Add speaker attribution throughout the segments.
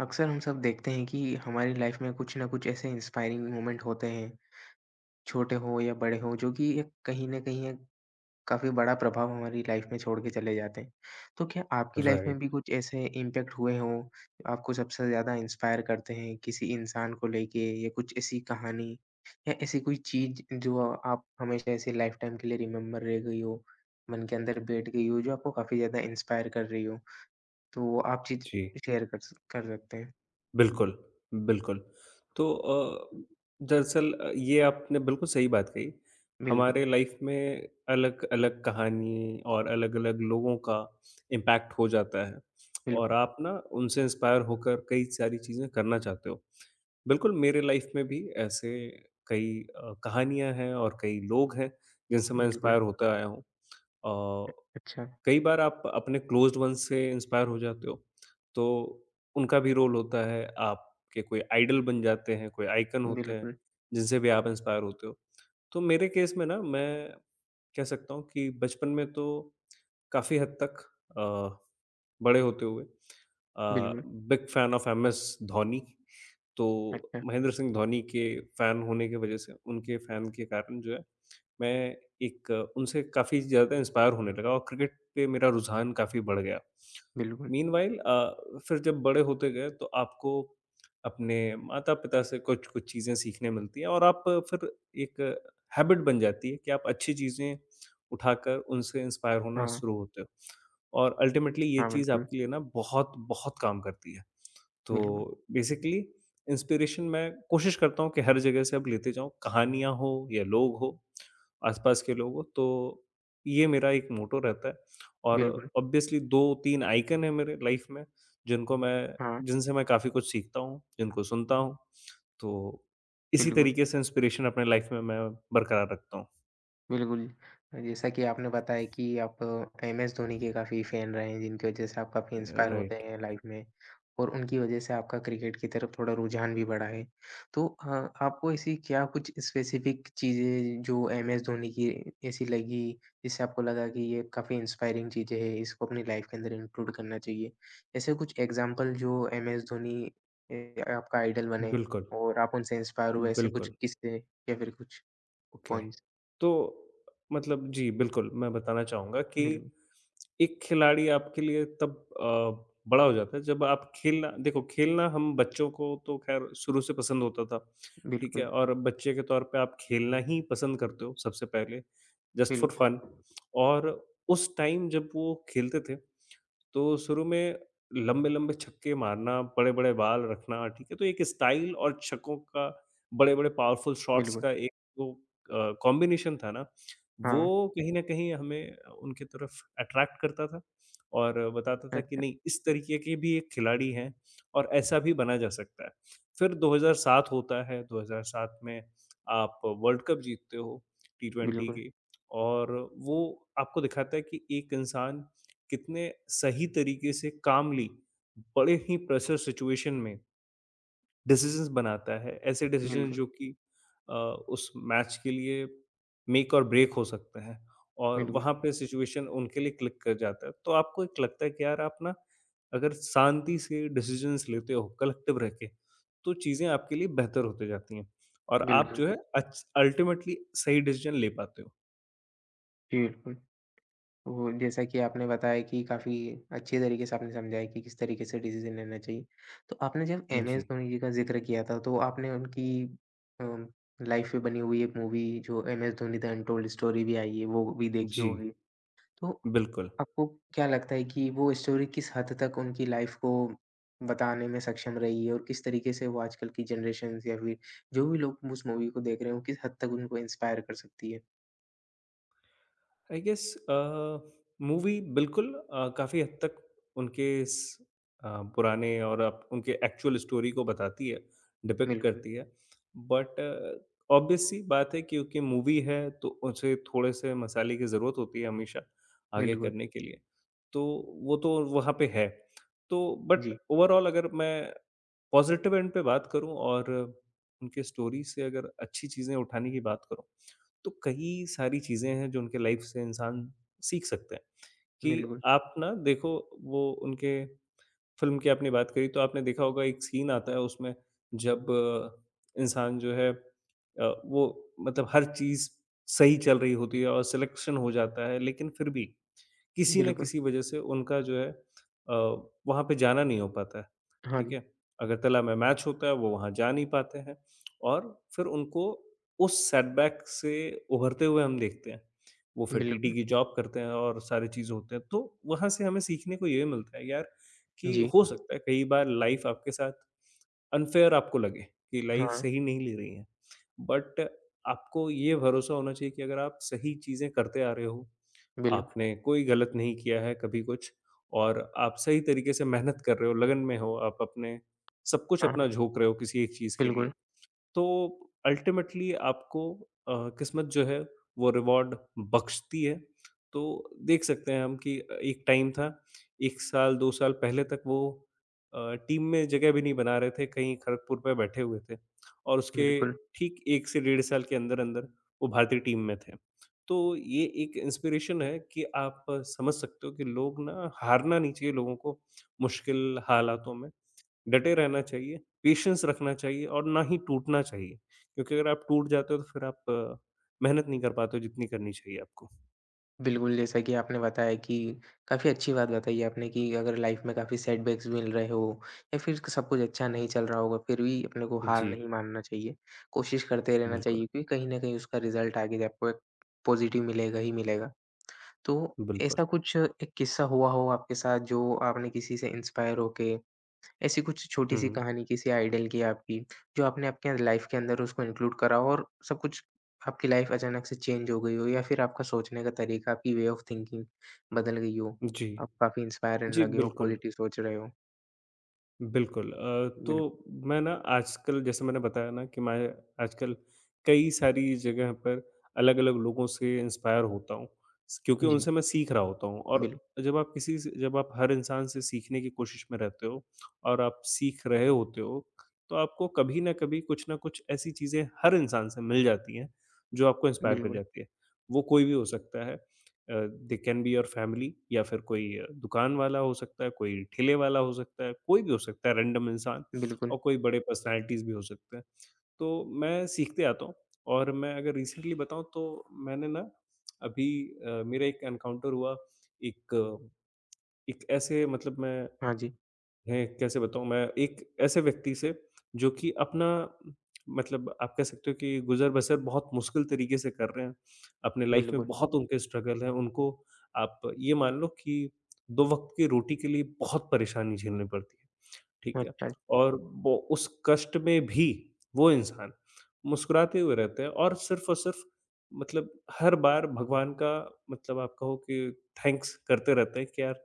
Speaker 1: अक्सर हम सब देखते हैं कि हमारी लाइफ में कुछ ना कुछ ऐसे इंस्पायरिंग मोमेंट होते हैं, छोटे हों या बड़े हों, जो कि एक कहीं न कहीं एक काफ़ी बड़ा प्रभाव हमारी लाइफ में छोड़ के चले जाते हैं। तो क्या आपकी लाइफ में
Speaker 2: राइट,
Speaker 1: भी कुछ ऐसे इम्पैक्ट हुए हों, जो आपको सबसे ज़्यादा इंस्पायर करते हैं किसी इंसान को लेके या कुछ ऐसी कहानी या ऐसी कोई चीज़ जो आप हमेशा ऐसे लाइफ टाइम के लिए रिमेंबर रह गई हो, मन के अंदर बैठ गई हो, जो आपको काफ़ी ज़्यादा इंस्पायर कर रही हो? तो वो आप चीज़
Speaker 2: जी।
Speaker 1: शेयर कर सकते
Speaker 2: बिल्कुल, बिल्कुल। तो
Speaker 1: हैं।
Speaker 2: दरअसल ये आपने बिल्कुल सही बात कही।
Speaker 1: बिल्कुल,
Speaker 2: हमारे लाइफ में अलग-अलग कहानी और अलग-अलग लोगों का इम्पैक्ट हो जाता है और
Speaker 1: बिल्कुल,
Speaker 2: आप ना उनसे इंस्पायर होकर कई सारी चीज़ें करना चाहते हो। बिल्कुल मेरे लाइफ में भी ऐसे कई कहानियाँ हैं और कई लोग हैं जिनसे मैं
Speaker 1: बिल्कुल,
Speaker 2: इंस्पायर होता आया हूँ। अ
Speaker 1: अच्छा,
Speaker 2: कई बार आप अपने क्लोज़्ड वंस से इंस्पायर हो जाते हो, तो उनका भी रोल होता है, आपके कोई आइडल बन जाते हैं, कोई आइकन होते हैं,
Speaker 1: बिल्कुल,
Speaker 2: जिनसे भी आप इंस्पायर होते हो। तो मेरे केस में ना मैं कह सकता हूँ कि बचपन में तो काफ़ी हद तक अ, बड़े होते हुए
Speaker 1: बिल्कुल,
Speaker 2: big fan of MS Dhoni, तो
Speaker 1: अच्छा,
Speaker 2: महेंद्र सिंह धोनी के फैन होने की वजह से, उनके फैन के कारण जो है मैं एक उनसे काफ़ी ज़्यादा इंस्पायर होने लगा और क्रिकेट पे मेरा रुझान काफ़ी बढ़ गया।
Speaker 1: बिल्कुल,
Speaker 2: मीनवाइल फिर जब बड़े होते गए तो आपको अपने माता-पिता से कुछ-कुछ चीज़ें सीखने मिलती हैं और आप फिर एक हैबिट बन जाती है कि आप अच्छी चीज़ें उठाकर उनसे इंस्पायर होना
Speaker 1: हाँ,
Speaker 2: शुरू होते हो और अल्टीमेटली ये
Speaker 1: हाँ,
Speaker 2: चीज़
Speaker 1: बिल्कुल,
Speaker 2: आपके लिए ना बहुत-बहुत काम करती है। तो
Speaker 1: बिल्कुल,
Speaker 2: बेसिकली इंस्पिरेशन मैं कोशिश करता हूँ कि हर जगह से अब लेते जाऊँ, कहानियाँ हो या लोग हो, आस-पास के लोग हो, तो ये मेरा एक मोटो रहता है और
Speaker 1: बिल्कुल,
Speaker 2: ऑब्वियसली 2-3 आइकन हैं मेरे लाइफ़ में, जिनको मैं
Speaker 1: हाँ,
Speaker 2: जिनसे मैं काफ़ी कुछ सीखता हूँ, जिनको सुनता हूँ, तो इसी
Speaker 1: बिल्कुल।
Speaker 2: तरीके से इंस्पिरेशन अपने लाइफ़ में मैं बरकरार रखता
Speaker 1: बिल्कुल, जैसा कि आपने बताया कि आप एमएस धोनी के काफ़ी फ़ैन रहे हैं, जिनकी वजह से आप काफ़ी
Speaker 2: हूँ।
Speaker 1: इंस्पायर होते
Speaker 2: राइट,
Speaker 1: हैं लाइफ़ में और उनकी वजह से आपका क्रिकेट की तरफ थोड़ा रुझान भी बढ़ा है। तो आपको ऐसी क्या कुछ स्पेसिफ़िक चीज़ें जो एमएस धोनी की ऐसी लगी, जिससे आपको लगा कि ये काफ़ी इंस्पायरिंग चीज़ें हैं, इसको अपनी लाइफ़ के अंदर इंक्लूड करना चाहिए? ऐसे कुछ एग्ज़ाम्पल जो एमएस धोनी आपका आइडल बने
Speaker 2: बिल्कुल,
Speaker 1: और आप उनसे इंस्पायर हुए, ऐसे कुछ
Speaker 2: बिल्कुल।
Speaker 1: किस्से या फिर कुछ
Speaker 2: ओके।
Speaker 1: पॉइंट्स?
Speaker 2: तो मतलब जी, बिल्कुल, मैं बताना चाहूँगा कि
Speaker 1: बिल्कुल।
Speaker 2: एक खिलाड़ी आपके लिए तब अ, बड़ा हो जाता है जब आप खेलना देखो खेलना हम बच्चों को तो ख़ैर शुरू से पसंद होता था, ठीक
Speaker 1: बिल्कुल,
Speaker 2: है? और बच्चे के तौर पे आप खेलना ही पसंद करते हो सबसे पहले, जस्ट फॉर
Speaker 1: बिल्कुल,
Speaker 2: फन। और उस टाइम जब वो खेलते थे तो शुरू में लंबे-लंबे छक्के मारना, बड़े-बड़े बाल रखना, ठीक है? तो एक स्टाइल और छक्कों का बड़े-बड़े पावरफुल शॉट्स
Speaker 1: बिल्कुल।
Speaker 2: का एक जो कॉम्बिनेशन था ना,
Speaker 1: हाँ,
Speaker 2: वो कहीं न कहीं हमें उनकी तरफ अट्रैक्ट करता था और बताता था कि
Speaker 1: अच्छा,
Speaker 2: नहीं, इस तरीके के भी एक खिलाड़ी हैं और ऐसा भी बना जा सकता है। फिर 2007 होता है, 2007 में आप वर्ल्ड कप जीतते हो टी ट्वेंटी
Speaker 1: बिल्कुल,
Speaker 2: की। और वो आपको दिखाता है कि एक इंसान कितने सही तरीके से कामली बड़े ही प्रेशर सिचुएशन में डिसीजंस बनाता है, ऐसे डिसीजन
Speaker 1: बिल्कुल,
Speaker 2: जो कि उस मैच के लिए मेक और ब्रेक हो सकते हैं और
Speaker 1: बिल्कुल,
Speaker 2: वहां पे सिचुएशन उनके लिए क्लिक कर जाता है, तो आपको एक लगता है कि यार आप ना अगर शांति से डिसीजंस लेते हो कलेक्टिव रह के तो चीजें आपके लिए बेहतर होते जाती हैं और आप
Speaker 1: बिल्कुल,
Speaker 2: जो है अल्टीमेटली सही डिसीजन ले पाते हो।
Speaker 1: जी, बिल्कुल। वो जैसा कि आपने बताया कि काफ़ी अच्छे तरीके से आपने समझाया कि किस तरीके से डिसीज़न लेना चाहिए। तो आपने जब एमएस
Speaker 2: जी,
Speaker 1: धोनी जी का ज़िक्र किया था, तो आपने उनकी अ, लाइफ़ पे बनी हुई एक मूवी जो MS Dhoni the untold story भी आई है, वो भी देखी
Speaker 2: जी,
Speaker 1: होगी। तो
Speaker 2: बिल्कुल।
Speaker 1: आपको क्या लगता है कि वो स्टोरी किस हद तक उनकी लाइफ को बताने में सक्षम रही है और किस तरीके से वो आजकल की जनरेशंस या फिर जो भी लोग उस मूवी को देख रहे हो, किस हद तक उनको इंस्पायर कर सकती है?
Speaker 2: आई गेस अ, मूवी बिल्कुल काफ़ी हद तक उनके इस अ, पुराने और अब उनके एक्चुअल स्टोरी को बताती है, डिपिक्ट
Speaker 1: बिल्कुल,
Speaker 2: करती है। बट ऑब्वियस सी बात है, क्योंकि मूवी है तो उसे थोड़े-से मसाले की ज़रूरत होती है हमेशा आगे
Speaker 1: बिल्कुल।
Speaker 2: करने के लिए। तो वो तो वहाँ पे है। तो बट
Speaker 1: जी,
Speaker 2: ओवरऑल अगर मैं पॉज़िटिव एंड पे बात करूँ और उनके स्टोरी से अगर अच्छी चीज़ें उठाने की बात करूँ तो कई सारी चीज़ें हैं जो उनके लाइफ से इंसान सीख सकता है कि
Speaker 1: बिल्कुल,
Speaker 2: आप ना देखो वो उनके फ़िल्म की आपने बात करी तो आपने देखा होगा एक सीन आता है उसमें जब इंसान जो है वो मतलब हर चीज़ सही चल रही होती है और सिलेक्शन हो जाता है, लेकिन फिर भी किसी न
Speaker 1: बिल्कुल।
Speaker 2: किसी वजह से उनका जो है अ, वहाँ पे जाना नहीं हो पाता है,
Speaker 1: हाँ
Speaker 2: ठीक
Speaker 1: जी,
Speaker 2: है। अगरतला में मैच होता है वो वहाँ जा नहीं पाते हैं और फिर उनको उस सेटबैक से उभरते हुए हम देखते हैं। वो फिर टीटी
Speaker 1: बिल्कुल।
Speaker 2: की जॉब करते हैं और सारी चीज़ होते हैं, तो वहाँ से हमें सीखने को ये मिलता है यार कि
Speaker 1: जी,
Speaker 2: हो सकता है कई बार लाइफ़ आपके साथ अनफ़ेयर, आपको लगे कि लाइफ़
Speaker 1: हाँ,
Speaker 2: सही नहीं ले रही है, बट आपको ये भरोसा होना चाहिए कि अगर आप सही चीज़ें करते आ रहे हो,
Speaker 1: बिल्कुल।
Speaker 2: आपने कोई गलत नहीं किया है कभी कुछ और आप सही तरीके से मेहनत कर रहे हो, लगन में हो, आप अपने सब कुछ
Speaker 1: हाँ,
Speaker 2: अपना झोंक रहे हो किसी एक चीज़ के लिए।
Speaker 1: बिल्कुल,
Speaker 2: तो अल्टीमेटली आपको किस्मत जो है वो रिवॉर्ड बख्शती है। तो देख सकते हैं हम कि एक टाइम था, 1 साल 2 साल पहले तक वो टीम में जगह भी नहीं बना रहे थे, कहीं खड़गपुर में बैठे हुए थे और उसके
Speaker 1: बिल्कुल।
Speaker 2: ठीक 1 से 1.5 साल के अंदर-अंदर वो भारतीय टीम में थे। तो ये एक इंस्पिरेशन है कि आप समझ सकते हो कि लोग ना हारना नहीं चाहिए लोगों को मुश्किल हालातों में, डटे रहना चाहिए, पेशेंस रखना चाहिए और ना ही टूटना चाहिए, क्योंकि अगर आप टूट जाते हो तो फिर आप मेहनत नहीं कर पाते हो जितनी करनी चाहिए आपको।
Speaker 1: बिल्कुल, जैसा कि आपने बताया कि काफ़ी अच्छी बात बताई आपने कि अगर लाइफ में काफ़ी सेटबैक्स मिल रहे हो या फिर सब कुछ अच्छा नहीं चल रहा होगा, फिर भी अपने को हार
Speaker 2: जी,
Speaker 1: नहीं मानना चाहिए। कोशिश करते रहना
Speaker 2: बिल्कुल,
Speaker 1: चाहिए क्योंकि कहीं न कहीं उसका रिज़ल्ट आगे आपको एक पॉज़िटिव मिलेगा ही मिलेगा। तो
Speaker 2: बिल्कुल।
Speaker 1: ऐसा कुछ एक किस्सा हुआ हो आपके साथ जो आपने किसी से इंस्पायर होके ऐसी कुछ छोटी-सी
Speaker 2: हुँ,
Speaker 1: कहानी किसी आइडल की आपकी, जो आपने आपके लाइफ के अंदर उसको इंक्लूड करा हो और सब कुछ आपकी लाइफ अचानक से चेंज हो गई हो या फिर आपका सोचने का तरीका, आपकी वे ऑफ थिंकिंग बदल गई हो,
Speaker 2: जी।
Speaker 1: आप काफ़ी इंस्पायर होने
Speaker 2: जी,
Speaker 1: लगे हो,
Speaker 2: बिल्कुल।
Speaker 1: पॉजिटिव सोच रहे हो?
Speaker 2: बिल्कुल
Speaker 1: बिल्कुल,
Speaker 2: तो मैं ना आजकल जैसे मैंने बताया ना कि मैं आजकल कई सारी जगह पर अलग-अलग लोगों से इंस्पायर होता हूँ। स क्योंकि
Speaker 1: जी,
Speaker 2: उनसे मैं सीख रहा होता हूँ और
Speaker 1: बिल
Speaker 2: जब आप किसी से जब आप हर इंसान से सीखने की कोशिश में रहते हो और आप सीख रहे होते हो, तो आपको कभी न कभी कुछ न कुछ ऐसी चीज़ें हर इंसान से मिल जाती हैं, जो आपको इंस्पायर कर
Speaker 1: बिल्कुल,
Speaker 2: जाती है। वो कोई भी हो सकता है। They can be your family या फिर कोई दुकान वाला हो सकता है, कोई ठेले वाला हो सकता है, कोई भी हो सकता है रैंडम इंसान
Speaker 1: बिल्कुल,
Speaker 2: और कोई बड़े पर्सनैलिटीज़ भी हो सकते हैं। तो मैं सीखते आता हूँ और मैं अगर रिसेंटली बताऊँ तो मैंने ना अभी मेरा एक एनकाउंटर हुआ एक एक ऐसे मतलब मैं
Speaker 1: हाँ जी,
Speaker 2: है कैसे बताऊँ मैं एक ऐसे व्यक्ति से जो कि अपना मतलब आप कह सकते हो कि गुज़र-बसर बहुत मुश्किल तरीके से कर रहे हैं। अपने लाइफ़ में
Speaker 1: बिल्कुल,
Speaker 2: बहुत उनके स्ट्रगल है, उनको आप ये मान लो कि 2 वक़्त की रोटी के लिए बहुत परेशानी झेलनी पड़ती है। ठीक है?
Speaker 1: अच्छा,
Speaker 2: और वो उस कष्ट में भी वो इंसान मुस्कुराते हुए रहते हैं और सिर्फ़ मतलब हर बार भगवान का मतलब आप कहो कि थैंक्स करते रहते हैं कि यार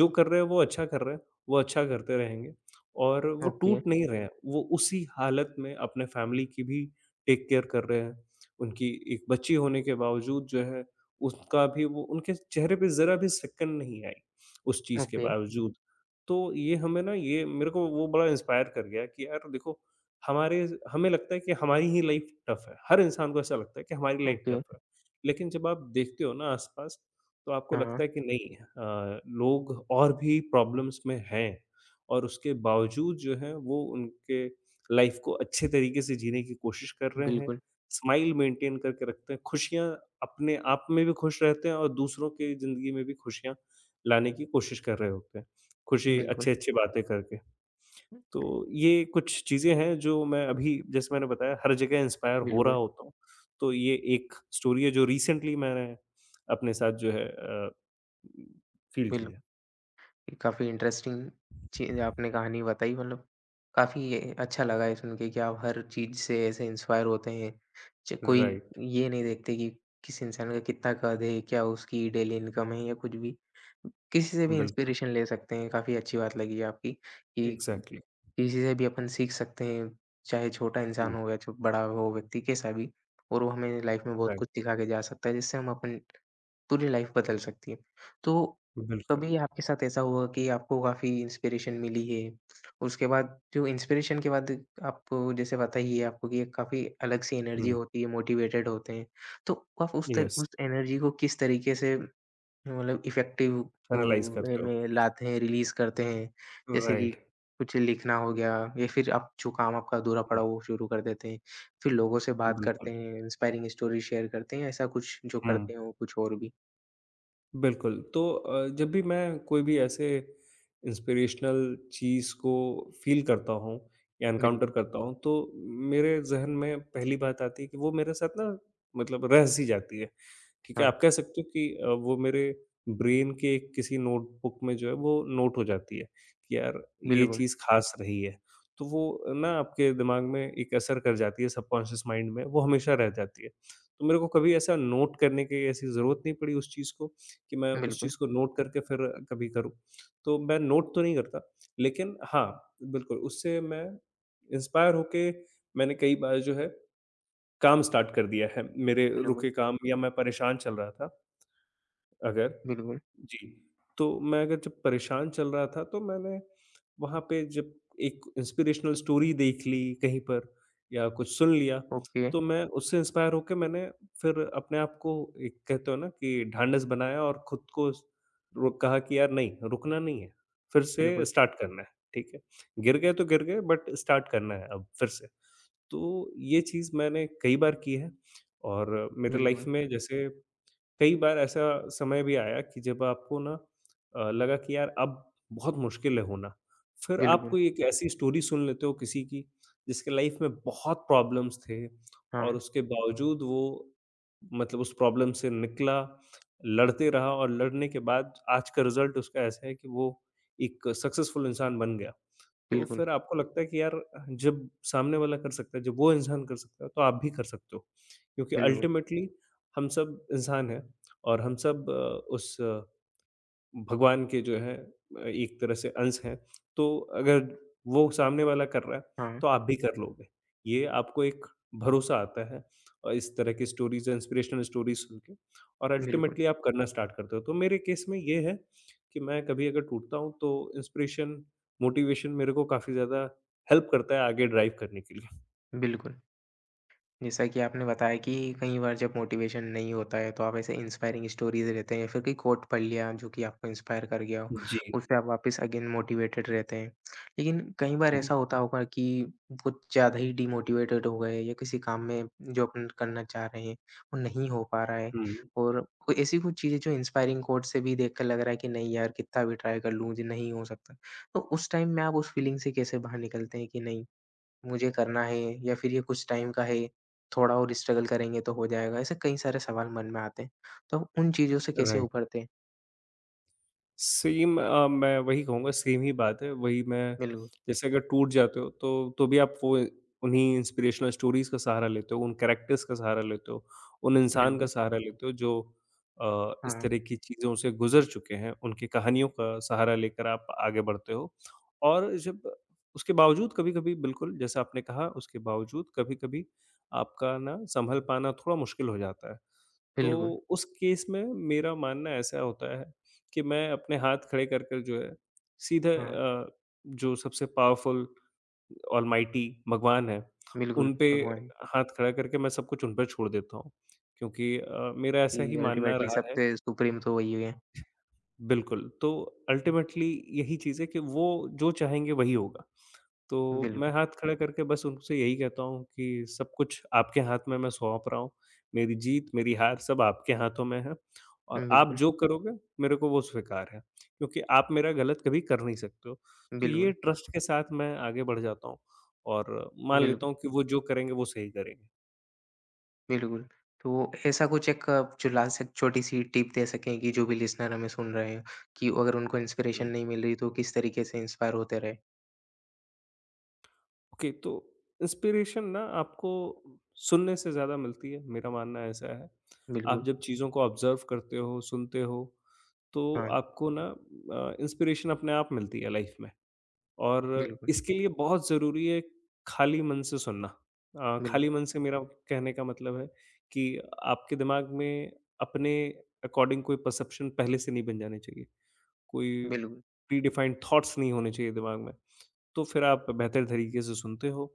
Speaker 2: जो कर रहे हैं वो अच्छा कर रहे हैं, वो अच्छा करते रहेंगे और वो
Speaker 1: ओके,
Speaker 2: टूट नहीं रहे हैं। वो उसी हालत में अपने फैमिली की भी टेक केयर कर रहे हैं। उनकी एक बच्ची होने के बावजूद जो है उसका भी वो उनके चेहरे पे ज़रा भी सिकन नहीं आई, उस चीज़ के
Speaker 1: ओके,
Speaker 2: बावजूद। तो ये हमें ना ये मेरे को वो बड़ा इंस्पायर कर गया कि यार देखो हमारे हमें लगता है कि हमारी ही लाइफ टफ है। हर इंसान को ऐसा लगता है कि हमारी लाइफ
Speaker 1: ओके,
Speaker 2: टफ है। लेकिन जब आप देखते हो ना आस-पास तो आपको
Speaker 1: हाँ,
Speaker 2: लगता है कि नहीं, लोग और भी प्रॉब्लम्स में हैं और उसके बावजूद जो है वो उनके लाइफ को अच्छे तरीके से जीने की कोशिश कर रहे हैं।
Speaker 1: बिल्कुल,
Speaker 2: स्माइल मेंटेन करके रखते हैं, खुशियाँ अपने आप में भी खुश रहते हैं और दूसरों की ज़िंदगी में भी खुशियाँ लाने की कोशिश कर रहे होते हैं। खुशी
Speaker 1: बिल्कुल,
Speaker 2: अच्छी-अच्छी बातें करके। तो ये कुछ चीज़ें हैं जो मैं अभी जैसे मैंने बताया हर जगह इंस्पायर हो रहा
Speaker 1: बिल्कुल,
Speaker 2: होता हूँ। तो ये एक स्टोरी है जो रिसेंटली मैंने अपने साथ जो है फ़ील की
Speaker 1: बिल्कुल।
Speaker 2: है।
Speaker 1: काफ़ी इंटरेस्टिंग चीज़ आपने कहानी बताई मतलब काफ़ी ये अच्छा लगा ये सुन के कि आप हर चीज़ से ऐसे इंस्पायर होते हैं। च कोई
Speaker 2: राइट,
Speaker 1: ये नहीं देखते कि किस इंसान का कितना कद है, क्या उसकी डेली इनकम है या कुछ भी। किसी से भी
Speaker 2: बिल्कुल,
Speaker 1: इंस्पिरेशन ले सकते हैं, काफ़ी अच्छी बात लगी आपकी कि
Speaker 2: एग्ज़ैक्टली।
Speaker 1: किसी से भी अपन सीख सकते हैं, चाहे छोटा इंसान
Speaker 2: हुँ,
Speaker 1: हो या च बड़ा हो व्यक्ति कैसा भी और वो हमें लाइफ़ में बहुत कुछ
Speaker 2: राइट,
Speaker 1: सिखा के जा सकता है जिससे हम अपन पूरी लाइफ बदल सकती है। तो
Speaker 2: बिल्कुल।
Speaker 1: कभी आपके साथ ऐसा हुआ कि आपको काफ़ी इंस्पिरेशन मिली है, उसके बाद जो इंस्पिरेशन के बाद आपको जैसे पता ही है आपको कि एक काफ़ी अलग सी एनर्जी
Speaker 2: हुँ,
Speaker 1: होती है, मोटिवेटेड होते हैं। तो आप
Speaker 2: यस,
Speaker 1: उस एनर्जी को किस तरीके से मतलब इफ़ेक्टिव
Speaker 2: एनालाइज़
Speaker 1: वे
Speaker 2: करते हो।
Speaker 1: में लाते हैं, रिलीज़ करते हैं? जैसे कि
Speaker 2: राइट,
Speaker 1: कुछ लिखना हो गया या फिर आप जो काम आपका अधूरा
Speaker 2: हुँ,
Speaker 1: पड़ा हो, वो शुरू कर देते हैं, फिर लोगों से बात
Speaker 2: बिल्कुल,
Speaker 1: करते हैं, इंस्पायरिंग स्टोरी शेयर करते हैं, ऐसा कुछ जो
Speaker 2: हुँ।
Speaker 1: करते हो, कुछ और भी?
Speaker 2: बिल्कुल, तो जब भी मैं कोई भी ऐसे इंस्पिरेशनल चीज़ को फ़ील करता हूँ या
Speaker 1: बिल्कुल,
Speaker 2: एनकाउंटर करता हूँ, तो मेरे ज़हन में पहली बात आती है कि वो मेरे साथ ना मतलब रह सी जाती है, ठीक है?
Speaker 1: हाँ,
Speaker 2: आप कह सकते हो कि वो मेरे ब्रेन के एक किसी नोटबुक में जो है वो नोट हो जाती है कि यार ये
Speaker 1: बिल्कुल,
Speaker 2: चीज़ ख़ास रही है। तो वो ना आपके दिमाग में एक असर कर जाती है सबकॉन्शियस माइंड में, वो हमेशा रह जाती है। तो मेरे को कभी ऐसा नोट करने की ऐसी ज़रूरत नहीं पड़ी उस चीज़ को। कि मैं उस
Speaker 1: बिल्कुल,
Speaker 2: चीज़ को नोट करके फिर कभी करूँ। तो मैं नोट तो नहीं करता, लेकिन हाँ, बिल्कुल उससे मैं इंस्पायर होके मैंने कई बार जो है काम स्टार्ट कर दिया है, मेरे
Speaker 1: बिल्कुल,
Speaker 2: रुके काम या मैं परेशान चल रहा था। अगर
Speaker 1: बिल्कुल,
Speaker 2: जी। तो मैं अगर जब परेशान चल रहा था तो मैंने वहाँ पे जब एक इंस्पिरेशनल स्टोरी देख ली कहीं पर या कुछ सुन लिया,
Speaker 1: ओके,
Speaker 2: तो मैं उससे इंस्पायर होके मैंने फिर अपने आप को एक कहते हो ना कि ढाँढस बनाया और खुद को स रो कहा कि यार नहीं, रुकना नहीं है, फिर से
Speaker 1: बिल्कुल,
Speaker 2: स्टार्ट करना है, ठीक है। गिर गए तो गिर गए बट स्टार्ट करना है अब फिर से। तो ये चीज़ मैंने कई बार की है और मेरे लाइफ
Speaker 1: बिल्कुल,
Speaker 2: में जैसे कई बार ऐसा समय भी आया कि जब आपको ना लगा कि यार अब बहुत मुश्किल है होना। फिर आप
Speaker 1: बिल्कुल,
Speaker 2: कोई एक ऐसी स्टोरी सुन लेते हो किसी की जिसके लाइफ में बहुत प्रॉब्लम्स थे
Speaker 1: हाँ,
Speaker 2: और उसके बावजूद वो मतलब उस प्रॉब्लम से निकला, लड़ते रहा और लड़ने के बाद आज का रिज़ल्ट उसका ऐसा है कि वो एक सक्सेसफुल इंसान बन गया। तो
Speaker 1: बिल्कुल,
Speaker 2: फिर आपको लगता है कि यार जब सामने वाला कर सकता है, जब वो इंसान कर सकता है तो आप भी कर सकते हो। क्योंकि
Speaker 1: बिल्कुल,
Speaker 2: अल्टीमेटली हम सब इंसान हैं। और हम सब उस भगवान के जो है एक तरह से अंश हैं। तो अगर वो सामने वाला कर रहा है,
Speaker 1: हाँ,
Speaker 2: तो आप भी कर लोगे। ये आपको एक भरोसा आता है और इस तरह की स्टोरीज़ इंस्पिरेशनल स्टोरीज़ सुन के और
Speaker 1: बिल्कुल,
Speaker 2: अल्टीमेटली आप करना स्टार्ट करते हो। तो मेरे केस में ये है कि मैं कभी अगर टूटता हूँ तो इंस्पिरेशन, मोटिवेशन मेरे को काफ़ी ज़्यादा हेल्प करता है आगे ड्राइव करने के लिए।
Speaker 1: बिल्कुल। जैसा कि आपने बताया कि कई बार जब मोटिवेशन नहीं होता है तो आप ऐसे इंस्पायरिंग स्टोरीज़ रहते हैं या फिर कोई कोट पढ़ लिया जो कि आपको इंस्पायर कर गया हो,
Speaker 2: जी,
Speaker 1: उससे आप वापस अगेन मोटिवेटेड रहते हैं। लेकिन कई बार ऐसा
Speaker 2: बिल्कुल।
Speaker 1: होता होगा कि कुछ ज़्यादा ही डिमोटिवेटेड हो गए या किसी काम में जो अपन करना चाह रहे हैं, वो नहीं हो पा रहा है
Speaker 2: हुँ,
Speaker 1: और कोई ऐसी कुछ चीज़ें जो इंस्पायरिंग कोट से भी देखकर लग रहा है कि नहीं यार कितना भी ट्राई कर लूँ, मुझे नहीं हो सकता। तो उस टाइम में आप उस फीलिंग से कैसे बाहर निकलते हैं कि नहीं मुझे करना है या फिर ये कुछ टाइम का है, थोड़ा और स्ट्रगल करेंगे तो हो जाएगा, ऐसे कई सारे सवाल मन में आते हैं। तो हम उन चीज़ों से कैसे
Speaker 2: राइट।
Speaker 1: उभरते हैं?
Speaker 2: सेम मैं वही कहूँगा सेम ही बात है। वही मैं
Speaker 1: बिल्कुल,
Speaker 2: जैसे अगर टूट जाते हो तो भी आप वो उन्हीं इंस्पिरेशनल स्टोरीज़ का सहारा लेते हो, उन कैरेक्टर्स का सहारा लेते हो, उन इंसान का
Speaker 1: बिल्कुल,
Speaker 2: सहारा लेते हो जो इस
Speaker 1: हाँ,
Speaker 2: तरह की चीज़ों से गुज़र चुके हैं, उनकी कहानियों का सहारा लेकर आप आगे बढ़ते हो। और जब उसके बावजूद कभी-कभी बिल्कुल जैसा आपने कहा उसके बावजूद कभी-कभी आपका ना सँभल पाना थोड़ा मुश्किल हो जाता है। तो
Speaker 1: बिल्कुल,
Speaker 2: उस केस में मेरा मानना ऐसा होता है कि मैं अपने हाथ खड़े कर कर जो है सीधे
Speaker 1: हाँ,
Speaker 2: जो सबसे पावरफुल ऑलमाइटी भगवान है, उन
Speaker 1: बिल्कुल,
Speaker 2: पे
Speaker 1: भगवान
Speaker 2: हाथ खड़ा करके मैं सब कुछ उन पर छोड़ देता हूँ। क्योंकि मेरा
Speaker 1: कि
Speaker 2: ऐसा ही मानना
Speaker 1: अल्टीमेटली
Speaker 2: रहा है।
Speaker 1: सबसे सुप्रीम तो वही है।
Speaker 2: बिल्कुल, तो
Speaker 1: हुँ,
Speaker 2: अल्टीमेटली यही चीज़ है कि वो जो चाहेंगे वही होगा। तो मैं
Speaker 1: बिल्कुल,
Speaker 2: हाथ खड़ा करके बस उनसे यही कहता हूँ कि सब कुछ आपके हाथ में मैं सौंप रहा हूँ। मेरी जीत, मेरी हार सब आपके हाथों में है और आप
Speaker 1: बिल्कुल,
Speaker 2: जो करोगे मेरे को वो स्वीकार है, क्योंकि आप मेरा गलत कभी कर नहीं सकते हो। तो ये
Speaker 1: बिल्कुल,
Speaker 2: ट्रस्ट के साथ मैं आगे बढ़ जाता हूँ और मान लेता
Speaker 1: बिल्कुल,
Speaker 2: हूँ कि वो जो करेंगे वो सही करेंगे।
Speaker 1: बिल्कुल। तो ऐसा कुछ एक आप जो लास्ट एक छोटी-सी टिप दे सकें कि जो भी लिसनर हमें सुन रहे हैं कि अगर उनको इंस्पिरेशन
Speaker 2: हुँ।
Speaker 1: नहीं मिल रही तो किस तरीके से इंस्पायर होते रहे?
Speaker 2: ओके तो इंस्पिरेशन ना आपको सुनने से ज़्यादा मिलती है, मेरा मानना ऐसा है। आप
Speaker 1: बिल्कुल,
Speaker 2: जब चीज़ों को ऑब्जर्व करते हो सुनते हो तो
Speaker 1: हाँ,
Speaker 2: आपको ना इंस्पिरेशन अपने आप मिलती है लाइफ में और
Speaker 1: बिल्कुल,
Speaker 2: इसके लिए बहुत ज़रूरी है खाली मन से सुनना।
Speaker 1: बिल्कुल,
Speaker 2: खाली मन से मेरा कहने का मतलब है कि आपके दिमाग में अपने अकॉर्डिंग कोई परसेप्शन पहले से नहीं बन जाने चाहिए, कोई
Speaker 1: बिल्कुल।
Speaker 2: प्री डिफाइंड थॉट्स नहीं होने चाहिए दिमाग में। तो फिर आप बेहतर तरीके से सुनते हो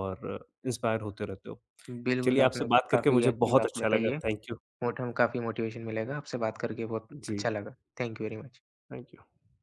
Speaker 2: और इंस्पायर होते रहते हो।
Speaker 1: बिल्कुल,
Speaker 2: चलिए
Speaker 1: आपने
Speaker 2: आपसे बात करके
Speaker 1: काफ़ी
Speaker 2: मुझे
Speaker 1: अच्छी
Speaker 2: बहुत
Speaker 1: बात
Speaker 2: अच्छा
Speaker 1: बताई
Speaker 2: लगा।
Speaker 1: है।
Speaker 2: Thank you.
Speaker 1: मोट हम काफ़ी मोटिवेशन मिलेगा। आपसे बात करके बहुत
Speaker 2: जी,
Speaker 1: अच्छा लगा। Thank you very much.
Speaker 2: Thank you.